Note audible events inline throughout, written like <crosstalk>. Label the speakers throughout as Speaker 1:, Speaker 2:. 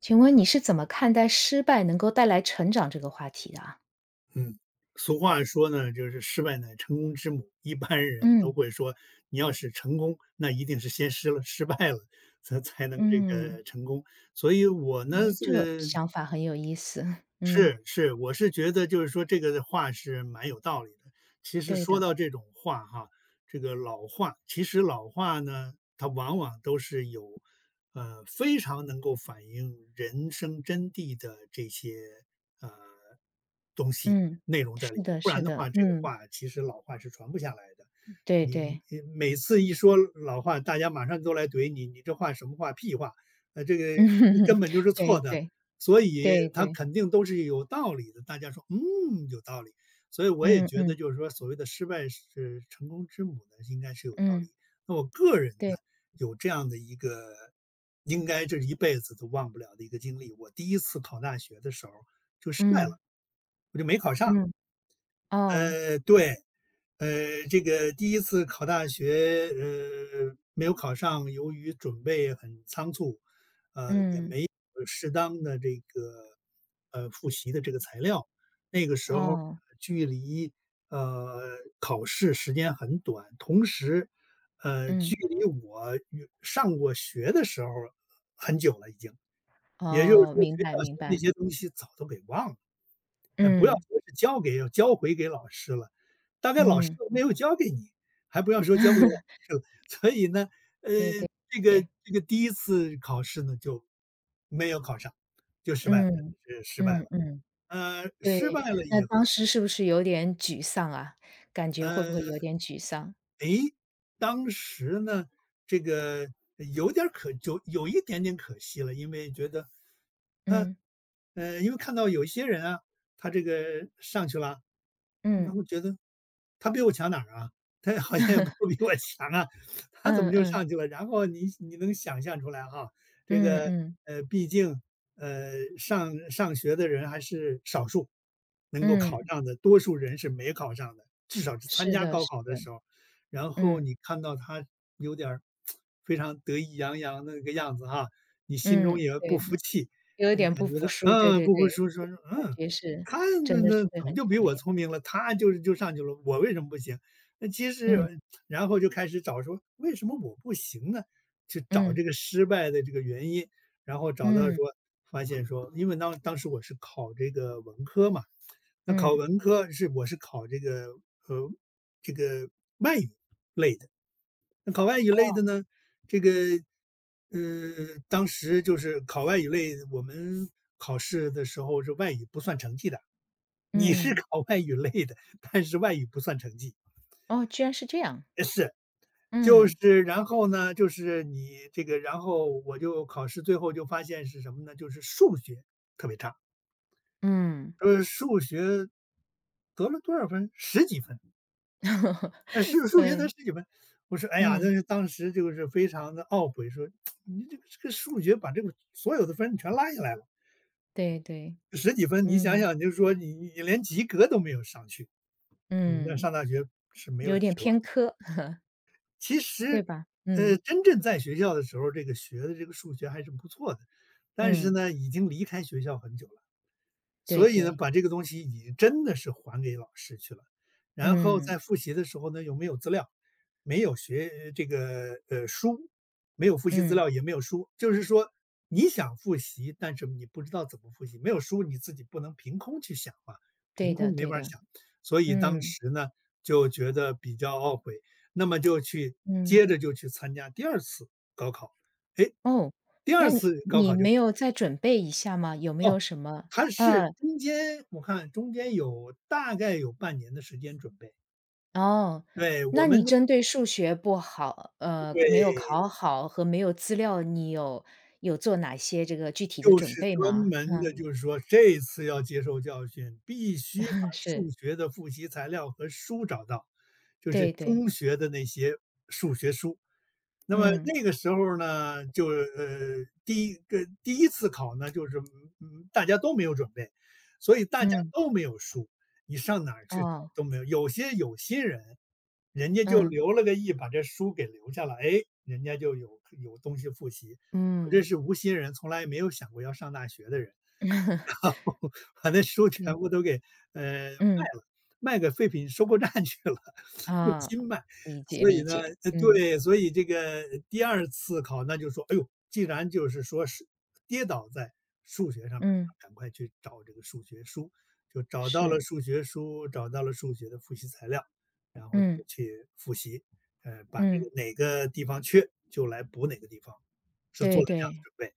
Speaker 1: 请问你是怎么看待失败能够带来成长这个话题的啊
Speaker 2: 嗯，俗话说呢，就是失败乃成功之母。一般人都
Speaker 1: 嗯，
Speaker 2: 会说，你要是成功，那一定是先失败了，才能这
Speaker 1: 嗯，
Speaker 2: 个成功。所以我呢，
Speaker 1: 哎，这
Speaker 2: 呃，
Speaker 1: 想法很有意思。<laughs> 嗯，
Speaker 2: 是，我是觉得就是说这个话是蛮有道理的。其实
Speaker 1: 对
Speaker 2: 说
Speaker 1: 的，
Speaker 2: 到这种话哈，这个老话，其实老话呢，它往往都是有，非常能够反映人生真谛的这些呃体
Speaker 1: 嗯，
Speaker 2: 内容在里
Speaker 1: 是
Speaker 2: 边，
Speaker 1: 的
Speaker 2: 不然
Speaker 1: 是
Speaker 2: 的
Speaker 1: 的，
Speaker 2: 话，这个
Speaker 1: 嗯，
Speaker 2: 话其实老话是传不下来的。
Speaker 1: 对
Speaker 2: 你
Speaker 1: 对，
Speaker 2: 你每次一说老话，大家马上都来怼你，你这话什么话，屁话，这个
Speaker 1: <laughs>
Speaker 2: 根
Speaker 1: 嗯，
Speaker 2: 本就是
Speaker 1: 对
Speaker 2: 错的。
Speaker 1: 对，
Speaker 2: 所以
Speaker 1: 对
Speaker 2: 它
Speaker 1: 对，
Speaker 2: 肯定都是有道理的，大家说，嗯，有道理。所以我也
Speaker 1: 嗯
Speaker 2: 觉得
Speaker 1: 嗯
Speaker 2: 就是说所谓的失败是成功之母呢，应该是有道理。
Speaker 1: 嗯，
Speaker 2: 那我个人
Speaker 1: 对，
Speaker 2: 呢，有这样的一个应该这一辈子都忘不了的一个经历。我第一次考大学的时候就失败
Speaker 1: 嗯
Speaker 2: 了，我就没考上。
Speaker 1: 嗯，哦，
Speaker 2: 对，呃，这个第一次考大学，没有考上，由于准备很仓促，
Speaker 1: 嗯，
Speaker 2: 适当的这个，复习的这个材料，那个时候
Speaker 1: 哦，
Speaker 2: 距离考试时间很短，同时，距
Speaker 1: 嗯，
Speaker 2: 离我与上过学的时候很久了，已经，也就是
Speaker 1: 哦，
Speaker 2: 说
Speaker 1: 明
Speaker 2: 学
Speaker 1: 白
Speaker 2: 校学
Speaker 1: 明
Speaker 2: 那
Speaker 1: 白，
Speaker 2: 些东西早都给忘了。哎，不要
Speaker 1: 嗯
Speaker 2: 说是交回给老师了，大概老师
Speaker 1: 嗯，
Speaker 2: 都没有教给你，还不要说交回老
Speaker 1: <laughs>
Speaker 2: 师了。<laughs> 所以呢，呃，
Speaker 1: 对对，
Speaker 2: 这个
Speaker 1: 对。
Speaker 2: 这个第一次考试呢，就没有考上，就失败了，
Speaker 1: 嗯，
Speaker 2: 这失败
Speaker 1: 嗯
Speaker 2: 了。
Speaker 1: 嗯。
Speaker 2: 失
Speaker 1: 对，
Speaker 2: 败了
Speaker 1: 那
Speaker 2: 以后，
Speaker 1: 当时是不是有点沮丧啊？感觉会不会
Speaker 2: 呃，
Speaker 1: 有点沮丧？
Speaker 2: 当时呢，这个有点儿就有一点点可惜了，因为觉得，哈，
Speaker 1: 嗯，
Speaker 2: 因为看到有一些人啊，他这个上去了，然
Speaker 1: 嗯
Speaker 2: 后觉得他比我强哪儿啊？他好像也不比
Speaker 1: <laughs>，
Speaker 2: 我强啊，他怎
Speaker 1: 嗯
Speaker 2: 么就
Speaker 1: 嗯，
Speaker 2: 上去了？然后你能想象出来哈，这
Speaker 1: 嗯
Speaker 2: 个
Speaker 1: 嗯，
Speaker 2: 毕竟呃，上学的人还是少数能够
Speaker 1: 嗯，
Speaker 2: 考上的，多数人是没考上的，至少是参
Speaker 1: 是
Speaker 2: 加
Speaker 1: 的
Speaker 2: 高
Speaker 1: 是
Speaker 2: 考的
Speaker 1: 的，
Speaker 2: 时候。然后
Speaker 1: 嗯，
Speaker 2: 你看到他有点儿非常得意洋洋的那个样子哈，你心中
Speaker 1: 嗯，
Speaker 2: 也不
Speaker 1: 对
Speaker 2: 服
Speaker 1: 的，
Speaker 2: 气，
Speaker 1: 有一
Speaker 2: 嗯，
Speaker 1: 点不
Speaker 2: 感觉
Speaker 1: 服
Speaker 2: 到
Speaker 1: 输，对
Speaker 2: 嗯，
Speaker 1: 对
Speaker 2: 不服
Speaker 1: 对，
Speaker 2: 输
Speaker 1: 这
Speaker 2: 说
Speaker 1: 种
Speaker 2: 说
Speaker 1: 感
Speaker 2: 嗯，
Speaker 1: 觉是
Speaker 2: 他那
Speaker 1: 真的
Speaker 2: 那
Speaker 1: 是会
Speaker 2: 怎么
Speaker 1: 很
Speaker 2: 就比
Speaker 1: 强
Speaker 2: 我
Speaker 1: 烈。
Speaker 2: 聪明了？他就上去了，我为什么不行？那其
Speaker 1: 嗯，
Speaker 2: 实然后就开始找说为什么我不行呢？去找这
Speaker 1: 嗯，
Speaker 2: 个失败的这个原因，然后找到
Speaker 1: 嗯，
Speaker 2: 说发现说，因为当时我是考这个文科嘛，那考
Speaker 1: 嗯，
Speaker 2: 文科是我是考这个呃这个外语类的，那考外语类
Speaker 1: 哦，
Speaker 2: 的呢，这个当时就是考外语类，我们考试的时候是外语不算成绩的。你是
Speaker 1: 嗯，
Speaker 2: 考外语类的，但是外语不算成绩。
Speaker 1: 哦，居然是这样，
Speaker 2: 是，就
Speaker 1: 嗯，
Speaker 2: 是然后呢，就是你这个然后我就考试最后就发现是什么呢？就是数学特别差，
Speaker 1: 嗯
Speaker 2: 数学得了多少分十几分，
Speaker 1: <laughs>，
Speaker 2: 数学得
Speaker 1: 嗯，
Speaker 2: 十几分。我说：“哎呀，那
Speaker 1: 嗯，
Speaker 2: 是当时就是非常的懊悔，说你这个数学把这个所有的分全拉下来了
Speaker 1: 对对，
Speaker 2: 十几分，你想
Speaker 1: 嗯，
Speaker 2: 想你就是说你连及格都没有上去，你那
Speaker 1: 嗯，
Speaker 2: 上大学是没有
Speaker 1: 有
Speaker 2: 指
Speaker 1: 点偏
Speaker 2: 望。
Speaker 1: 科，<laughs>
Speaker 2: 其
Speaker 1: 对
Speaker 2: 实，
Speaker 1: 吧？嗯。
Speaker 2: 真正在学校的时候，这个学的这个数学还是不错的，但是
Speaker 1: 嗯，
Speaker 2: 呢，已经离开学校很久了。
Speaker 1: 对
Speaker 2: 所以呢，
Speaker 1: 对，
Speaker 2: 把这个东西你真的是还给老师去了。然后在
Speaker 1: 嗯，
Speaker 2: 复习的时候呢，又没有资料，没有学呃这个书，没有复习资
Speaker 1: 嗯，
Speaker 2: 料，也没有书，就是说你想复习，但是你不知道怎么复习，没有书你自己不能凭空去想嘛，凭
Speaker 1: 对的
Speaker 2: 空没
Speaker 1: 对
Speaker 2: 法儿
Speaker 1: 的，
Speaker 2: 想。所以当
Speaker 1: 嗯，
Speaker 2: 时呢，就觉得比较懊悔，那么
Speaker 1: 嗯，
Speaker 2: 接着就去参加第二次高考，哎，
Speaker 1: 哦，
Speaker 2: 第
Speaker 1: 那
Speaker 2: 二次高
Speaker 1: 你
Speaker 2: 考就
Speaker 1: 没
Speaker 2: 考
Speaker 1: 有
Speaker 2: 了
Speaker 1: 再准备一下吗？有没
Speaker 2: 哦。
Speaker 1: 有什么
Speaker 2: 它是
Speaker 1: 嗯，
Speaker 2: 中间我看中间有大概有半年的时间准备。
Speaker 1: 哦，
Speaker 2: 对，我
Speaker 1: 那你针对数学不好，没
Speaker 2: 会
Speaker 1: 有考好和没有资料，你有做哪些这个具体的
Speaker 2: 就
Speaker 1: 准
Speaker 2: 是
Speaker 1: 备
Speaker 2: 专
Speaker 1: 吗？
Speaker 2: 门的，
Speaker 1: 嗯，
Speaker 2: 就是说这次要接受教训，必须把
Speaker 1: <laughs> 是，
Speaker 2: 数学的复习材料和书找到，就是
Speaker 1: 对对，
Speaker 2: 中学的那些数学书。那么
Speaker 1: 嗯，
Speaker 2: 那个时候呢，就第一次考呢，就是大家都没有准备，所以大家
Speaker 1: 嗯，
Speaker 2: 都没有书，你上哪儿去找
Speaker 1: 哦，
Speaker 2: 都没有。有些有心人，人家就
Speaker 1: 嗯，
Speaker 2: 留了个意，把这书给留下了，哎，人家就有东西复习。我这
Speaker 1: 嗯，
Speaker 2: 是无心人，从来没有想过要上大学的人。
Speaker 1: <laughs>
Speaker 2: <laughs> 把那书全
Speaker 1: 对，
Speaker 2: 部都给，卖
Speaker 1: 嗯，
Speaker 2: 了，卖给废品收购站去了，<laughs> 论
Speaker 1: 啊，
Speaker 2: 斤卖。
Speaker 1: 理解
Speaker 2: 所以
Speaker 1: 理
Speaker 2: 呢
Speaker 1: 解，嗯，
Speaker 2: 对，所以这个第二次考那就说，哎呦，既然就是说是跌倒在数学上面儿，
Speaker 1: 嗯，
Speaker 2: 赶快去找这个数学书，就找到了
Speaker 1: 是，
Speaker 2: 数学书，找到了数学的复习材料，然后就
Speaker 1: 嗯。
Speaker 2: 去复习，把这个
Speaker 1: 嗯，
Speaker 2: 哪个地方缺就来补哪个地方，是做
Speaker 1: 对
Speaker 2: 了这样的
Speaker 1: 对，
Speaker 2: 准备，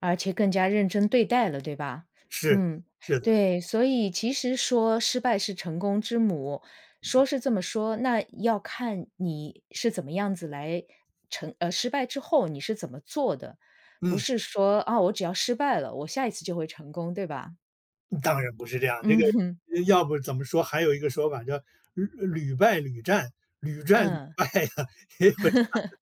Speaker 1: 而且更加认真对待了，对吧？
Speaker 2: 是，
Speaker 1: 嗯，
Speaker 2: 是的，
Speaker 1: 对，所以其实说失败是成功之母，说是这么说，那要看你是怎么样子来失败之后你是怎么做的，不
Speaker 2: 嗯。
Speaker 1: 是说啊，我只要失败了，我下一次就会成功，对吧？
Speaker 2: 当然不是这
Speaker 1: <laughs>
Speaker 2: 样，这个
Speaker 1: 嗯哼，
Speaker 2: 要不怎么说还有一个说法叫“屡败屡战，屡战屡
Speaker 1: 嗯，
Speaker 2: 败”呀。<laughs> 也有
Speaker 1: <laughs>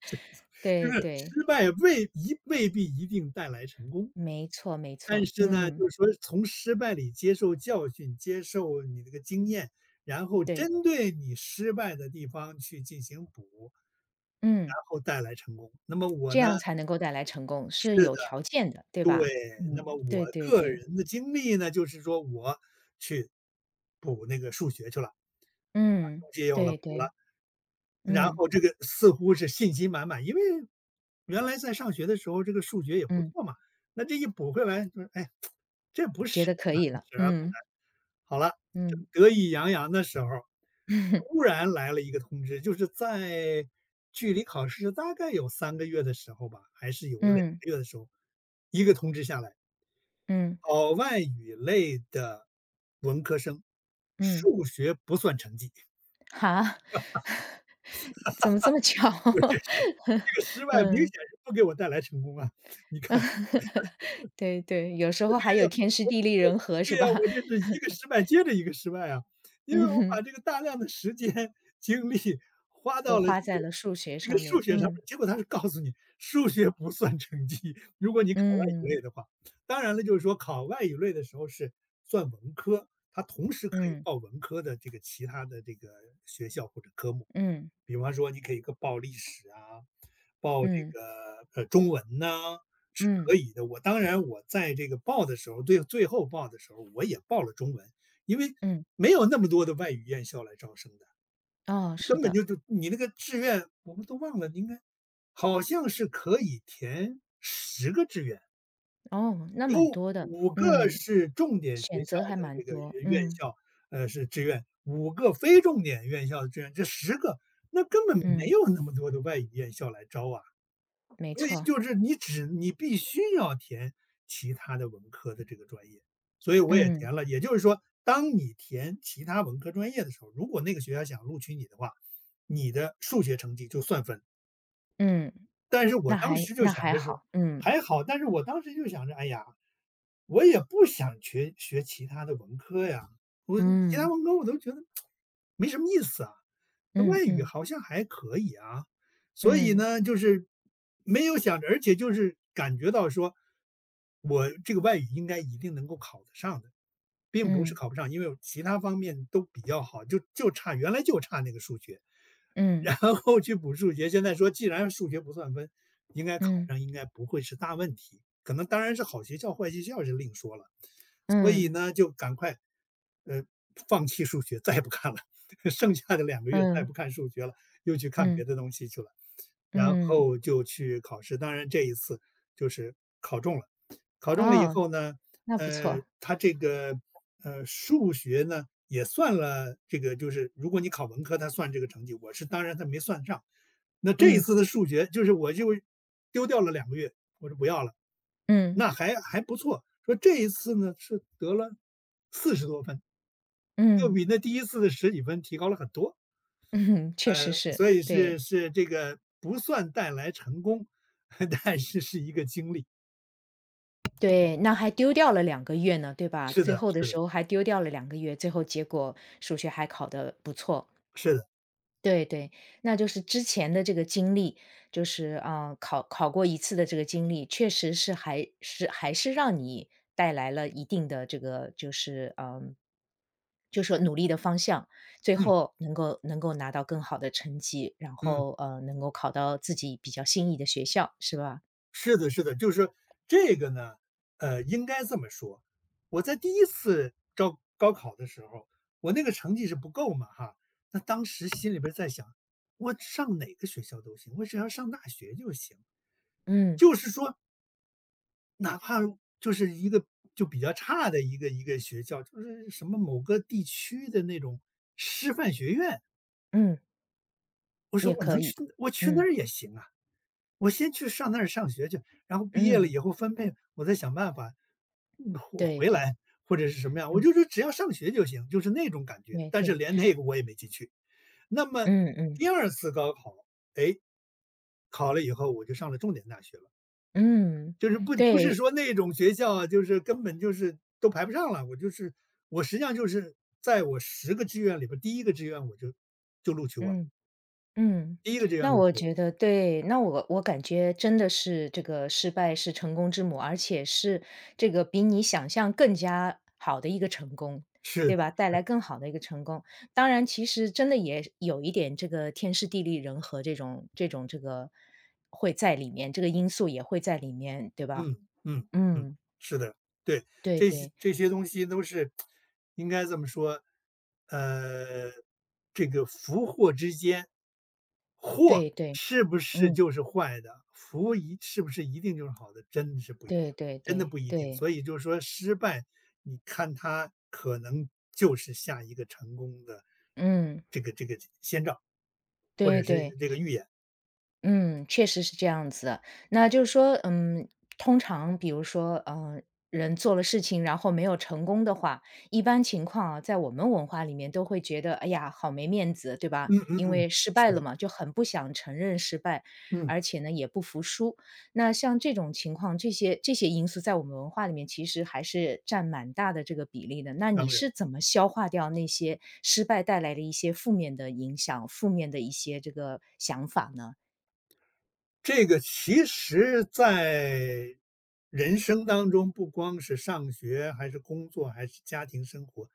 Speaker 2: 就
Speaker 1: 对
Speaker 2: 是
Speaker 1: 对，
Speaker 2: 失败未必一定带来成功，
Speaker 1: 没错没
Speaker 2: 但
Speaker 1: 错，
Speaker 2: 是呢，
Speaker 1: 嗯，
Speaker 2: 就是说从失败里接受教训，接受你这个经验，然后
Speaker 1: 对，
Speaker 2: 针对你失败的地方去进行补。然
Speaker 1: 嗯。
Speaker 2: 后带来成功。那么我
Speaker 1: 这
Speaker 2: 呢，
Speaker 1: 样才能够带来成功，
Speaker 2: 是
Speaker 1: 是
Speaker 2: 的，
Speaker 1: 有条件的，对
Speaker 2: 对，
Speaker 1: 吧？
Speaker 2: 那么
Speaker 1: 嗯，
Speaker 2: 我
Speaker 1: 对对
Speaker 2: 个
Speaker 1: 对，
Speaker 2: 人的经历呢，就是说我去补那个数学去了。
Speaker 1: 嗯，
Speaker 2: 解有了
Speaker 1: 对
Speaker 2: 补了，
Speaker 1: 对，
Speaker 2: 然
Speaker 1: 嗯，
Speaker 2: 后这个似乎是信心满满，因为原来在上学的时候，这个数学也不
Speaker 1: 嗯，
Speaker 2: 错嘛，那这一补回来就是，哎，这不
Speaker 1: 觉
Speaker 2: 是
Speaker 1: 得可
Speaker 2: 难
Speaker 1: 以
Speaker 2: 的
Speaker 1: 了，
Speaker 2: 事儿啊，不
Speaker 1: 嗯，
Speaker 2: 难。好了，正
Speaker 1: 嗯
Speaker 2: 得意洋洋的时候，突
Speaker 1: <laughs>，
Speaker 2: 然来了一个通知，就是在距离考试大概有3个月的时候吧，还是有两
Speaker 1: 嗯，
Speaker 2: 个月的时候，一个通知下来，
Speaker 1: 嗯，
Speaker 2: 考外语类的文科生，
Speaker 1: 嗯，
Speaker 2: 数学不算成绩。
Speaker 1: 哈？<laughs> 怎么这么巧？
Speaker 2: 我这是这个失
Speaker 1: <laughs>
Speaker 2: 败明显
Speaker 1: 嗯，
Speaker 2: 是不给我带来成功啊，你看，
Speaker 1: <laughs> 对对，有时候还有天时地利人和
Speaker 2: 对
Speaker 1: 是吧？
Speaker 2: 呀，我这是
Speaker 1: <laughs>
Speaker 2: 一个失败接着一个失败啊，因为我把
Speaker 1: 嗯，
Speaker 2: 这个大量的时间精力花到
Speaker 1: 都
Speaker 2: 了去
Speaker 1: 花在了数学
Speaker 2: 这个
Speaker 1: 上
Speaker 2: 数
Speaker 1: 面，
Speaker 2: 学上
Speaker 1: 嗯，
Speaker 2: 面，结果他是告诉你数学不算成绩，如果你考外语类
Speaker 1: 嗯，
Speaker 2: 的话。当然了，就是说考外语类的时候是算文科，它同时可以
Speaker 1: 嗯，
Speaker 2: 报文科的这个其他的这个学校或者科目。
Speaker 1: 嗯，
Speaker 2: 比方说你可以报历史啊，报这
Speaker 1: 嗯，
Speaker 2: 个，中文呐，是
Speaker 1: 嗯，
Speaker 2: 可以的。我当然我在这个报的时候，最后报的时候我也报了中文，因为
Speaker 1: 嗯，
Speaker 2: 没有那么多的外语院校来招生的，
Speaker 1: 哦，是
Speaker 2: 根本
Speaker 1: 的。
Speaker 2: 就你那个志愿我们都忘了，应该好像是可以填10个志愿。
Speaker 1: 哦，那蛮
Speaker 2: 都
Speaker 1: 多的，
Speaker 2: 五个
Speaker 1: 嗯，
Speaker 2: 是重点学
Speaker 1: 选
Speaker 2: 校
Speaker 1: 择还
Speaker 2: 的
Speaker 1: 蛮
Speaker 2: 这个
Speaker 1: 多，
Speaker 2: 院
Speaker 1: 嗯，
Speaker 2: 校，是志愿五个非重点院校的志愿，这十个，那根本没
Speaker 1: 嗯，
Speaker 2: 有那么多的外语院校来招啊。
Speaker 1: 没
Speaker 2: 所以
Speaker 1: 错，
Speaker 2: 就是你必须要填其他的文科的这个专业，所以我也
Speaker 1: 嗯，
Speaker 2: 填了。也就是说，当你填其他文科专业的时候，如果那个学校想录取你的话，你的数学成绩就算分。
Speaker 1: 嗯，
Speaker 2: 但是我
Speaker 1: 那
Speaker 2: 当
Speaker 1: 还
Speaker 2: 时就
Speaker 1: 那
Speaker 2: 想
Speaker 1: 还
Speaker 2: 着是
Speaker 1: 好，嗯，
Speaker 2: 还好，但是我当时就想着，哎呀，我也不想学其他的文科呀，我其他
Speaker 1: 嗯，
Speaker 2: 文科我都觉得没什么意思啊，那
Speaker 1: 嗯
Speaker 2: 外语
Speaker 1: 嗯
Speaker 2: 好像还可以啊。所以
Speaker 1: 嗯
Speaker 2: 呢，就是没有想着，而且就是感觉到说，我这个外语应该一定能够考得上的。并不是
Speaker 1: 嗯
Speaker 2: 考不上，因为其他方面都比较好，就差，原来就差那个数学。<laughs>
Speaker 1: 嗯
Speaker 2: 然后去补数学。现在说既然数学不算分，应该考
Speaker 1: 嗯
Speaker 2: 上应该不会是大问题，可能当然是好学校坏学校是另说了。所以
Speaker 1: 嗯
Speaker 2: 呢，就赶快，呃，放弃数学，再也不看了，<laughs> 剩下的两个月再也
Speaker 1: 嗯
Speaker 2: 不看数学了，又去看别
Speaker 1: 嗯
Speaker 2: 的东西去了。然
Speaker 1: 嗯，
Speaker 2: 后就去考试，当然这一次就是考中了。考中了以
Speaker 1: 哦，
Speaker 2: 后呢，
Speaker 1: 那不错，
Speaker 2: 他这个，数学呢也算了这个就是如果你考文科，他算这个成绩，我是当然他没算上。那这一
Speaker 1: 嗯
Speaker 2: 次的数学就是我就丢掉了两个月，我说不要了，
Speaker 1: 嗯
Speaker 2: 那还不错。说这一次呢是得了40多分，又
Speaker 1: 嗯
Speaker 2: 比那第一次的十几分提高了很多。
Speaker 1: 嗯，<laughs> 确实是，
Speaker 2: 所以
Speaker 1: 对
Speaker 2: 是这个不算带来成功，<laughs> 但是是一个经历。
Speaker 1: 对，那还丢掉了两个月呢，对吧？
Speaker 2: 是
Speaker 1: 最
Speaker 2: 的
Speaker 1: 后的
Speaker 2: 是的，
Speaker 1: 时候还丢掉了两个月，最后结果数学还考得不错。
Speaker 2: 是的，
Speaker 1: 对对，那就是之前的这个经历，就是啊，考过一次的这个经历，确实是还是让你带来了一定的这个就是嗯，就说努力的方向，最
Speaker 2: 嗯，
Speaker 1: 后能够能够拿到更好的成绩，然
Speaker 2: 嗯。
Speaker 1: 后能够考到自己比较心仪的学校，是吧？
Speaker 2: 是的，是的，就是说这个呢，应该这么说，我在第一次招高考的时候，我那个成绩是不够嘛，哈，那当时心里边儿在想，我上哪个学校都行，我只要上大学就行。
Speaker 1: 嗯
Speaker 2: 就是说，哪怕就是一个就比较差的一个学校，就是什么某个地区的那种师范学院，
Speaker 1: 嗯，
Speaker 2: 我说
Speaker 1: 也
Speaker 2: 我
Speaker 1: 可
Speaker 2: 能去，
Speaker 1: 以，
Speaker 2: 我去那
Speaker 1: 嗯
Speaker 2: 儿也行啊。我先去上那儿上学去，然后毕业了
Speaker 1: 嗯，
Speaker 2: 以后分配，我再想办法，嗯，回
Speaker 1: 对
Speaker 2: 回
Speaker 1: 对，
Speaker 2: 来或者是什么样，我
Speaker 1: 嗯
Speaker 2: 就说只要上学就行，就是那种感觉。
Speaker 1: 对
Speaker 2: 但是
Speaker 1: 对，
Speaker 2: 连那个我也没进去。那么
Speaker 1: 嗯嗯
Speaker 2: 第二次高考，哎，考了以后我就上了重点大学了，
Speaker 1: 嗯，
Speaker 2: 就是不是
Speaker 1: 对，
Speaker 2: 说那种学校啊，就是根本就是都排不上了，我就是我实际上就是在我10个志愿里边儿第一个志愿我就录取我了，
Speaker 1: 嗯。嗯，
Speaker 2: 第一个志愿
Speaker 1: 那
Speaker 2: 录
Speaker 1: 我
Speaker 2: 取我了，
Speaker 1: 觉得对，那我感觉真的是这个失败是成功之母，而且是这个比你想象更加好的一个成功，
Speaker 2: 是
Speaker 1: 对
Speaker 2: 的。
Speaker 1: 吧？带来更好的一个成功。当然，其实真的也有一点这个天时地利人和这种这个会在里面，这个因素也会在里面，对吧？
Speaker 2: 嗯嗯嗯，
Speaker 1: 嗯，
Speaker 2: 是的，对，
Speaker 1: 对
Speaker 2: 这些
Speaker 1: 对
Speaker 2: 这些东西都是应该这么说，呃，这个福祸之间，祸
Speaker 1: 对对，
Speaker 2: 是不是
Speaker 1: 嗯，
Speaker 2: 就是坏的，福一是不是一定就是好的，真的是不一
Speaker 1: 对
Speaker 2: 样，
Speaker 1: 对
Speaker 2: 真的
Speaker 1: 对
Speaker 2: 不一定。
Speaker 1: 对，
Speaker 2: 所以就是说，失败，你看它可能就是下一个成功的
Speaker 1: 嗯，
Speaker 2: 这个先兆，或者
Speaker 1: 对
Speaker 2: 是
Speaker 1: 对。
Speaker 2: 这个预言。
Speaker 1: 嗯，确实是这样子的。那就是说，嗯，通常比如说，嗯，人做了事情，然后没有成功的话，一般情况啊，在我们文化里面都会觉得，哎呀，好没面子，对吧？
Speaker 2: 嗯嗯
Speaker 1: 因
Speaker 2: 嗯，
Speaker 1: 为失败
Speaker 2: 是
Speaker 1: 了
Speaker 2: 的，
Speaker 1: 嘛，就很不想承认失败，
Speaker 2: 嗯，
Speaker 1: 而且呢，也不服输。那像这种情况，这些因素在我们文化里面其实还是占蛮大的这个比例的。那
Speaker 2: 当
Speaker 1: 你
Speaker 2: 然。
Speaker 1: 是怎么消化掉那些失败带来的一些负面的影响、负面的一些这个想法呢？
Speaker 2: 这个其实在人生当中，不光是上学，还是工作，还是家庭生活，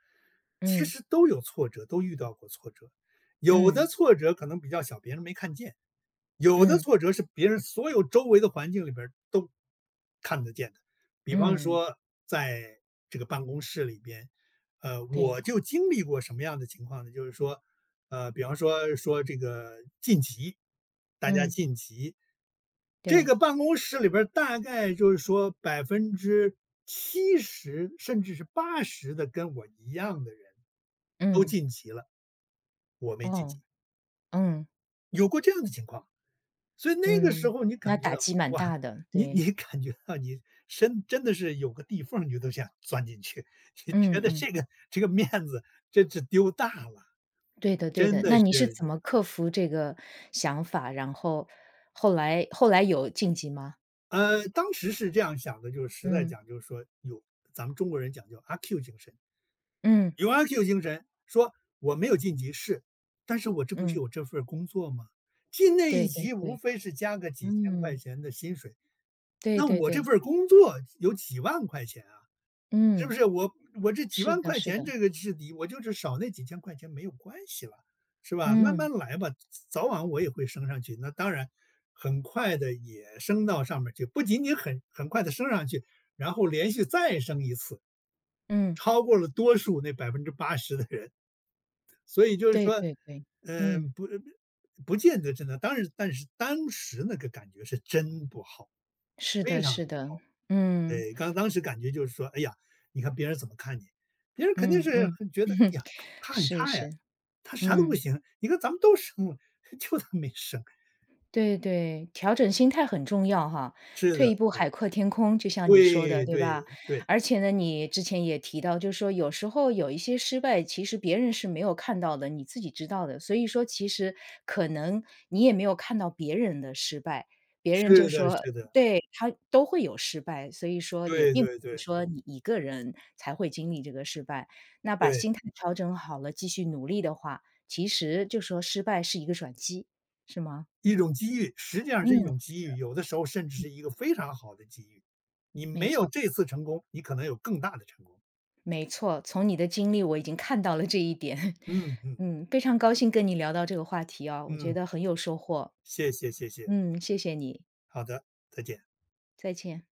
Speaker 2: 其
Speaker 1: 嗯，
Speaker 2: 实都有挫折，都遇到过挫折。有的
Speaker 1: 嗯，
Speaker 2: 挫折可能比较小，别人没看见；有的
Speaker 1: 嗯，
Speaker 2: 挫折是别人所有周围的环境里边儿都看得见的。比方
Speaker 1: 嗯，
Speaker 2: 说，在这个办公室里边，
Speaker 1: 对，
Speaker 2: 我就经历过什么样的情况呢？就是说，比方说这个晋级，大家
Speaker 1: 嗯，
Speaker 2: 晋级，这
Speaker 1: 对，
Speaker 2: 个办公室里边儿大概就是说70%甚至是八十的跟我一样的人，都
Speaker 1: 嗯，
Speaker 2: 晋级了，我没晋级，
Speaker 1: 哦，嗯，
Speaker 2: 有过这样的情况。所以那个时
Speaker 1: 嗯，
Speaker 2: 候你
Speaker 1: 那
Speaker 2: 感觉
Speaker 1: 打
Speaker 2: 到，
Speaker 1: 击蛮
Speaker 2: 哇，
Speaker 1: 大的，
Speaker 2: 你
Speaker 1: 对，
Speaker 2: 你感觉到你身真的是有个地缝儿你都想钻进去，<laughs> 你觉
Speaker 1: 嗯，
Speaker 2: 得
Speaker 1: 嗯，
Speaker 2: 这个面子真是丢大了，
Speaker 1: 对的，对
Speaker 2: 真
Speaker 1: 的。
Speaker 2: 的
Speaker 1: 那
Speaker 2: 是
Speaker 1: 你是怎
Speaker 2: 是。
Speaker 1: 么克服这个想法，然后后来有晋级吗？
Speaker 2: 当时是这样想的，就是实在
Speaker 1: 嗯，
Speaker 2: 讲就是说有咱们中国人讲究阿 Q 精神。
Speaker 1: 嗯，
Speaker 2: 有阿 Q 精神，说我没有晋级是，但是我这不是
Speaker 1: 嗯，
Speaker 2: 有这份儿工作吗？进那一
Speaker 1: 对对
Speaker 2: 级无
Speaker 1: 对，
Speaker 2: 非是加个几千块
Speaker 1: 嗯，
Speaker 2: 钱的薪水，
Speaker 1: 对
Speaker 2: 那
Speaker 1: 对
Speaker 2: 我这
Speaker 1: 对，
Speaker 2: 份儿工作有几万块钱啊，是不
Speaker 1: 嗯，
Speaker 2: 是？我这几
Speaker 1: 是
Speaker 2: 万
Speaker 1: 的，
Speaker 2: 块
Speaker 1: 是
Speaker 2: 钱
Speaker 1: 的，
Speaker 2: 这个是底，我就是少那几千块钱没有关系了，是吧？慢
Speaker 1: 嗯，
Speaker 2: 慢来吧，早晚我也会升上去。那当然，很快的也升到上面儿去，不仅仅很快的升上去，然后连续再升一次，
Speaker 1: 嗯，
Speaker 2: 超过了多数那80%的人。所以就是
Speaker 1: 对
Speaker 2: 说，
Speaker 1: 对对，
Speaker 2: 嗯，
Speaker 1: 嗯，
Speaker 2: 不见得真的，当然但是当时那个感觉是真不好，
Speaker 1: 是
Speaker 2: 非
Speaker 1: 的，
Speaker 2: 常的
Speaker 1: 是
Speaker 2: 不
Speaker 1: 的，
Speaker 2: 好。
Speaker 1: 嗯，
Speaker 2: 对，刚当时感觉就是说，哎呀，你看别人怎么看你，别人肯定
Speaker 1: 嗯，
Speaker 2: 是
Speaker 1: 嗯，
Speaker 2: 很觉得，哎呀，
Speaker 1: <laughs>
Speaker 2: 他很
Speaker 1: 是
Speaker 2: 差呀，
Speaker 1: 是，
Speaker 2: 他啥都不
Speaker 1: 嗯。
Speaker 2: 行，你看咱们都生了，<laughs> 就他没生。
Speaker 1: 对对，调整心态很重要哈，
Speaker 2: 是的，
Speaker 1: 退一步海阔天空，就像你说
Speaker 2: 对
Speaker 1: 的，对
Speaker 2: 对
Speaker 1: 吧？
Speaker 2: 对，
Speaker 1: 而且呢，你之前也提到，就是说有时候有一些失败，其实别人是没有看到的，你自己知道的。所以说，其实可能你也没有看到别人的失败，别人
Speaker 2: 是
Speaker 1: 就
Speaker 2: 的
Speaker 1: 说
Speaker 2: 是的，
Speaker 1: 对他都会有失败，所以说也
Speaker 2: 对
Speaker 1: 并
Speaker 2: 对
Speaker 1: 不是
Speaker 2: 对，
Speaker 1: 说你一个人才会经历这个失败。那把
Speaker 2: 对。
Speaker 1: 心态调整好了，继续努力的话，其实就说失败是一个转机，是吗？
Speaker 2: 一种机遇，实际上是一
Speaker 1: 嗯。
Speaker 2: 种机遇，有的时候甚至是一个非常好的机遇。你
Speaker 1: 没
Speaker 2: 没有
Speaker 1: 错，
Speaker 2: 这次成功，你可能有更大的成功。
Speaker 1: 没错，从你的经历我已经看到了这一点。<laughs>
Speaker 2: 嗯嗯
Speaker 1: 嗯，非常高兴跟你聊到这个话题哦，我觉
Speaker 2: 嗯，
Speaker 1: 得很有收获。
Speaker 2: 谢谢谢谢，
Speaker 1: 嗯，谢谢你，
Speaker 2: 好的，再见。
Speaker 1: 再见。